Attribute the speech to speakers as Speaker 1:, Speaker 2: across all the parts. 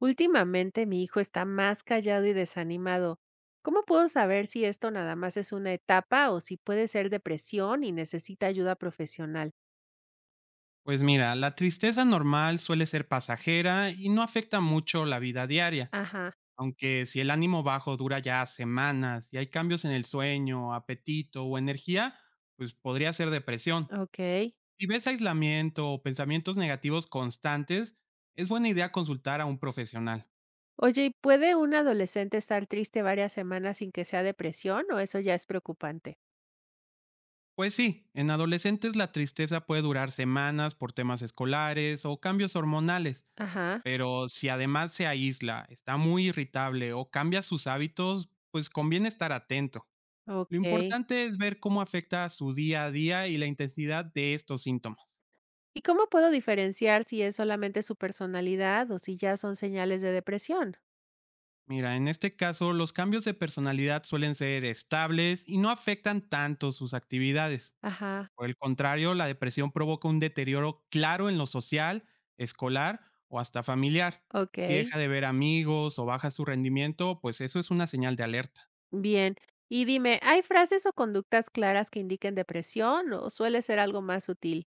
Speaker 1: Últimamente mi hijo está más callado y desanimado. ¿Cómo puedo saber si esto nada más es una etapa o si puede ser depresión y necesita ayuda profesional?
Speaker 2: Pues mira, la tristeza normal suele ser pasajera y no afecta mucho la vida diaria,
Speaker 1: Ajá,
Speaker 2: aunque si el ánimo bajo dura ya semanas y hay cambios en el sueño, apetito o energía, pues podría ser depresión.
Speaker 1: ok.
Speaker 2: Si ves aislamiento o pensamientos negativos constantes, es buena idea consultar a un profesional.
Speaker 1: Oye, ¿y puede un adolescente estar triste varias semanas sin que sea depresión o eso ya es preocupante?
Speaker 2: Pues sí, en adolescentes la tristeza puede durar semanas por temas escolares o cambios hormonales,
Speaker 1: Ajá,
Speaker 2: pero si además se aísla, está muy irritable o cambia sus hábitos, pues conviene estar atento. Lo
Speaker 1: ok.
Speaker 2: importante es ver cómo afecta su día a día y la intensidad de estos síntomas.
Speaker 1: ¿Y cómo puedo diferenciar si es solamente su personalidad o si ya son señales de depresión?
Speaker 2: Mira, en este caso, los cambios de personalidad suelen ser estables y no afectan tanto sus actividades.
Speaker 1: Ajá.
Speaker 2: Por el contrario, la depresión provoca un deterioro claro en lo social, escolar o hasta familiar.
Speaker 1: Ok.
Speaker 2: Si deja de ver amigos o baja su rendimiento, pues eso es una señal de alerta.
Speaker 1: Bien. Y dime, ¿hay frases o conductas claras que indiquen depresión o suele ser algo más sutil?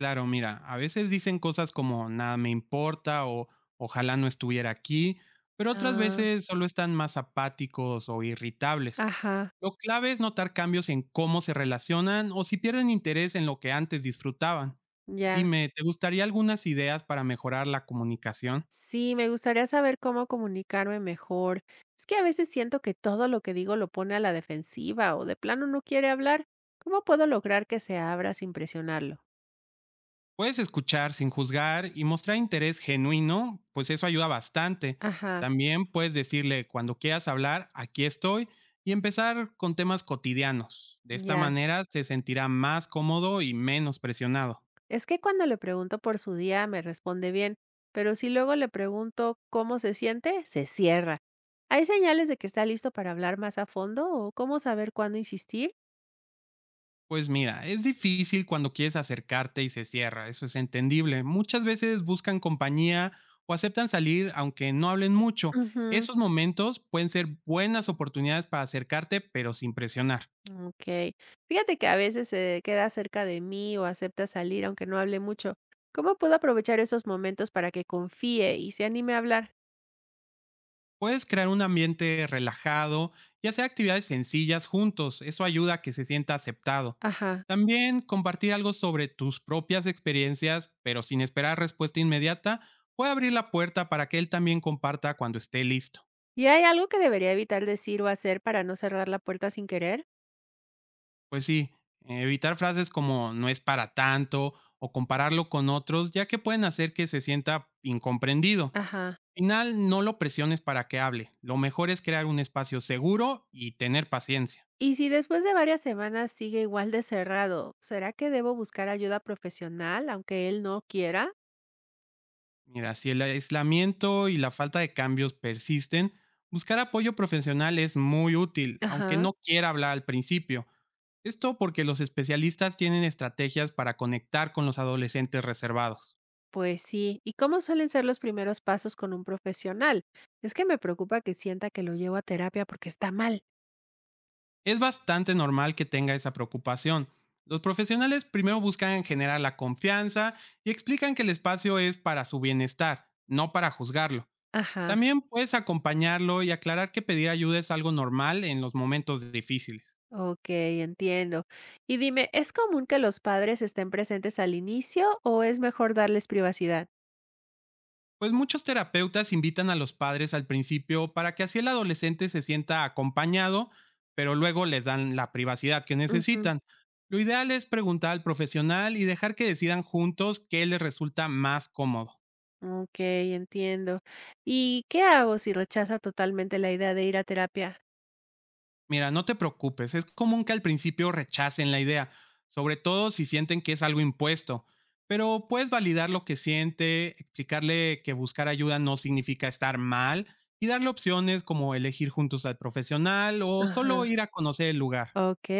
Speaker 2: Claro, mira, a veces dicen cosas como nada me importa o ojalá no estuviera aquí, pero otras
Speaker 1: Ah,
Speaker 2: veces solo están más apáticos o irritables.
Speaker 1: ajá,
Speaker 2: Lo clave es notar cambios en cómo se relacionan o si pierden interés en lo que antes disfrutaban.
Speaker 1: ya.
Speaker 2: Dime, ¿te gustaría algunas ideas para mejorar la comunicación?
Speaker 1: Sí, me gustaría saber cómo comunicarme mejor. Es que a veces siento que todo lo que digo lo pone a la defensiva o de plano no quiere hablar. ¿Cómo puedo lograr que se abra sin presionarlo?
Speaker 2: Puedes escuchar sin juzgar y mostrar interés genuino, pues eso ayuda bastante.
Speaker 1: Ajá,
Speaker 2: También puedes decirle, cuando quieras hablar, aquí estoy, y empezar con temas cotidianos. De esta
Speaker 1: ya.
Speaker 2: manera se sentirá más cómodo y menos presionado.
Speaker 1: Es que cuando le pregunto por su día me responde bien, pero si luego le pregunto cómo se siente, se cierra. ¿Hay señales de que está listo para hablar más a fondo o cómo saber cuándo insistir?
Speaker 2: Pues mira, es difícil cuando quieres acercarte y se cierra, eso es entendible. Muchas veces buscan compañía o aceptan salir aunque no hablen mucho.
Speaker 1: Ujú,
Speaker 2: Esos momentos pueden ser buenas oportunidades para acercarte, pero sin presionar.
Speaker 1: ok. Fíjate que a veces se queda cerca de mí o acepta salir aunque no hable mucho. ¿Cómo puedo aprovechar esos momentos para que confíe y se anime a hablar?
Speaker 2: Puedes crear un ambiente relajado y hacer actividades sencillas juntos. Eso ayuda a que se sienta aceptado.
Speaker 1: Ajá.
Speaker 2: También compartir algo sobre tus propias experiencias, pero sin esperar respuesta inmediata, puede abrir la puerta para que él también comparta cuando esté listo.
Speaker 1: ¿Y hay algo que debería evitar decir o hacer para no cerrar la puerta sin querer?
Speaker 2: Pues sí, evitar frases como no es para tanto o compararlo con otros, ya que pueden hacer que se sienta incomprendido.
Speaker 1: Ajá.
Speaker 2: Al final, no lo presiones para que hable. Lo mejor es crear un espacio seguro y tener paciencia.
Speaker 1: Y si después de varias semanas sigue igual de cerrado, ¿será que debo buscar ayuda profesional aunque él no quiera?
Speaker 2: Mira, si el aislamiento y la falta de cambios persisten, buscar apoyo profesional es muy útil, aunque
Speaker 1: Ajá.
Speaker 2: no quiera hablar al principio. Esto porque los especialistas tienen estrategias para conectar con los adolescentes reservados.
Speaker 1: Pues sí. ¿Y cómo suelen ser los primeros pasos con un profesional? Es que me preocupa que sienta que lo llevo a terapia porque está mal.
Speaker 2: Es bastante normal que tenga esa preocupación. Los profesionales primero buscan generar la confianza y explican que el espacio es para su bienestar, no para juzgarlo.
Speaker 1: Ajá.
Speaker 2: También puedes acompañarlo y aclarar que pedir ayuda es algo normal en los momentos difíciles.
Speaker 1: Ok, entiendo. Y dime, ¿es común que los padres estén presentes al inicio o es mejor darles privacidad?
Speaker 2: Pues muchos terapeutas invitan a los padres al principio para que así el adolescente se sienta acompañado, pero luego les dan la privacidad que
Speaker 1: Ujú.
Speaker 2: necesitan. Lo ideal es preguntar al profesional y dejar que decidan juntos qué les resulta más cómodo.
Speaker 1: Ok, entiendo. ¿Y qué hago si rechaza totalmente la idea de ir a terapia?
Speaker 2: Mira, no te preocupes, es común que al principio rechacen la idea, sobre todo si sienten que es algo impuesto, pero puedes validar lo que siente, explicarle que buscar ayuda no significa estar mal y darle opciones como elegir juntos al profesional o solo
Speaker 1: Ajá.
Speaker 2: ir a conocer el lugar.
Speaker 1: Ok.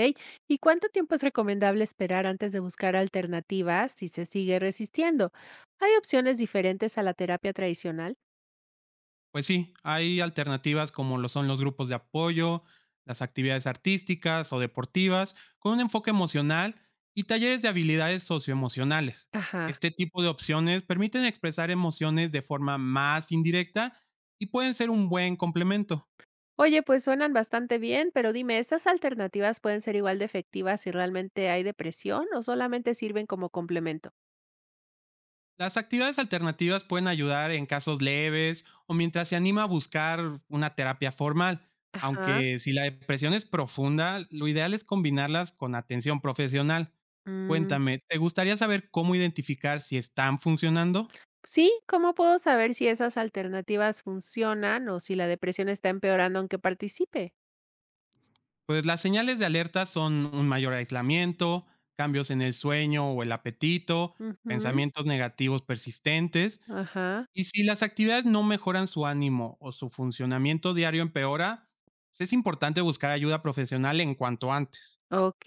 Speaker 1: ¿Y cuánto tiempo es recomendable esperar antes de buscar alternativas si se sigue resistiendo? ¿Hay opciones diferentes a la terapia tradicional?
Speaker 2: Pues sí, hay alternativas como lo son los grupos de apoyo, las actividades artísticas o deportivas, con un enfoque emocional y talleres de habilidades socioemocionales.
Speaker 1: Ajá.
Speaker 2: Este tipo de opciones permiten expresar emociones de forma más indirecta y pueden ser un buen complemento.
Speaker 1: Oye, pues suenan bastante bien, pero dime, ¿estas alternativas pueden ser igual de efectivas si realmente hay depresión o solamente sirven como complemento?
Speaker 2: Las actividades alternativas pueden ayudar en casos leves o mientras se anima a buscar una terapia formal,
Speaker 1: Ajá.
Speaker 2: aunque si la depresión es profunda, lo ideal es combinarlas con atención profesional.
Speaker 1: Mm,
Speaker 2: Cuéntame, ¿te gustaría saber cómo identificar si están funcionando?
Speaker 1: sí, ¿cómo puedo saber si esas alternativas funcionan o si la depresión está empeorando aunque participe?
Speaker 2: Pues las señales de alerta son un mayor aislamiento, cambios en el sueño o el apetito,
Speaker 1: Ujú,
Speaker 2: pensamientos negativos persistentes.
Speaker 1: ajá.
Speaker 2: Y si las actividades no mejoran su ánimo o su funcionamiento diario empeora, pues, es importante buscar ayuda profesional en cuanto antes.
Speaker 1: Ok,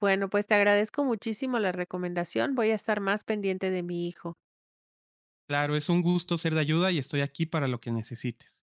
Speaker 1: bueno, pues te agradezco muchísimo la recomendación. Voy a estar más pendiente de mi hijo.
Speaker 2: Claro, es un gusto ser de ayuda y estoy aquí para lo que necesites.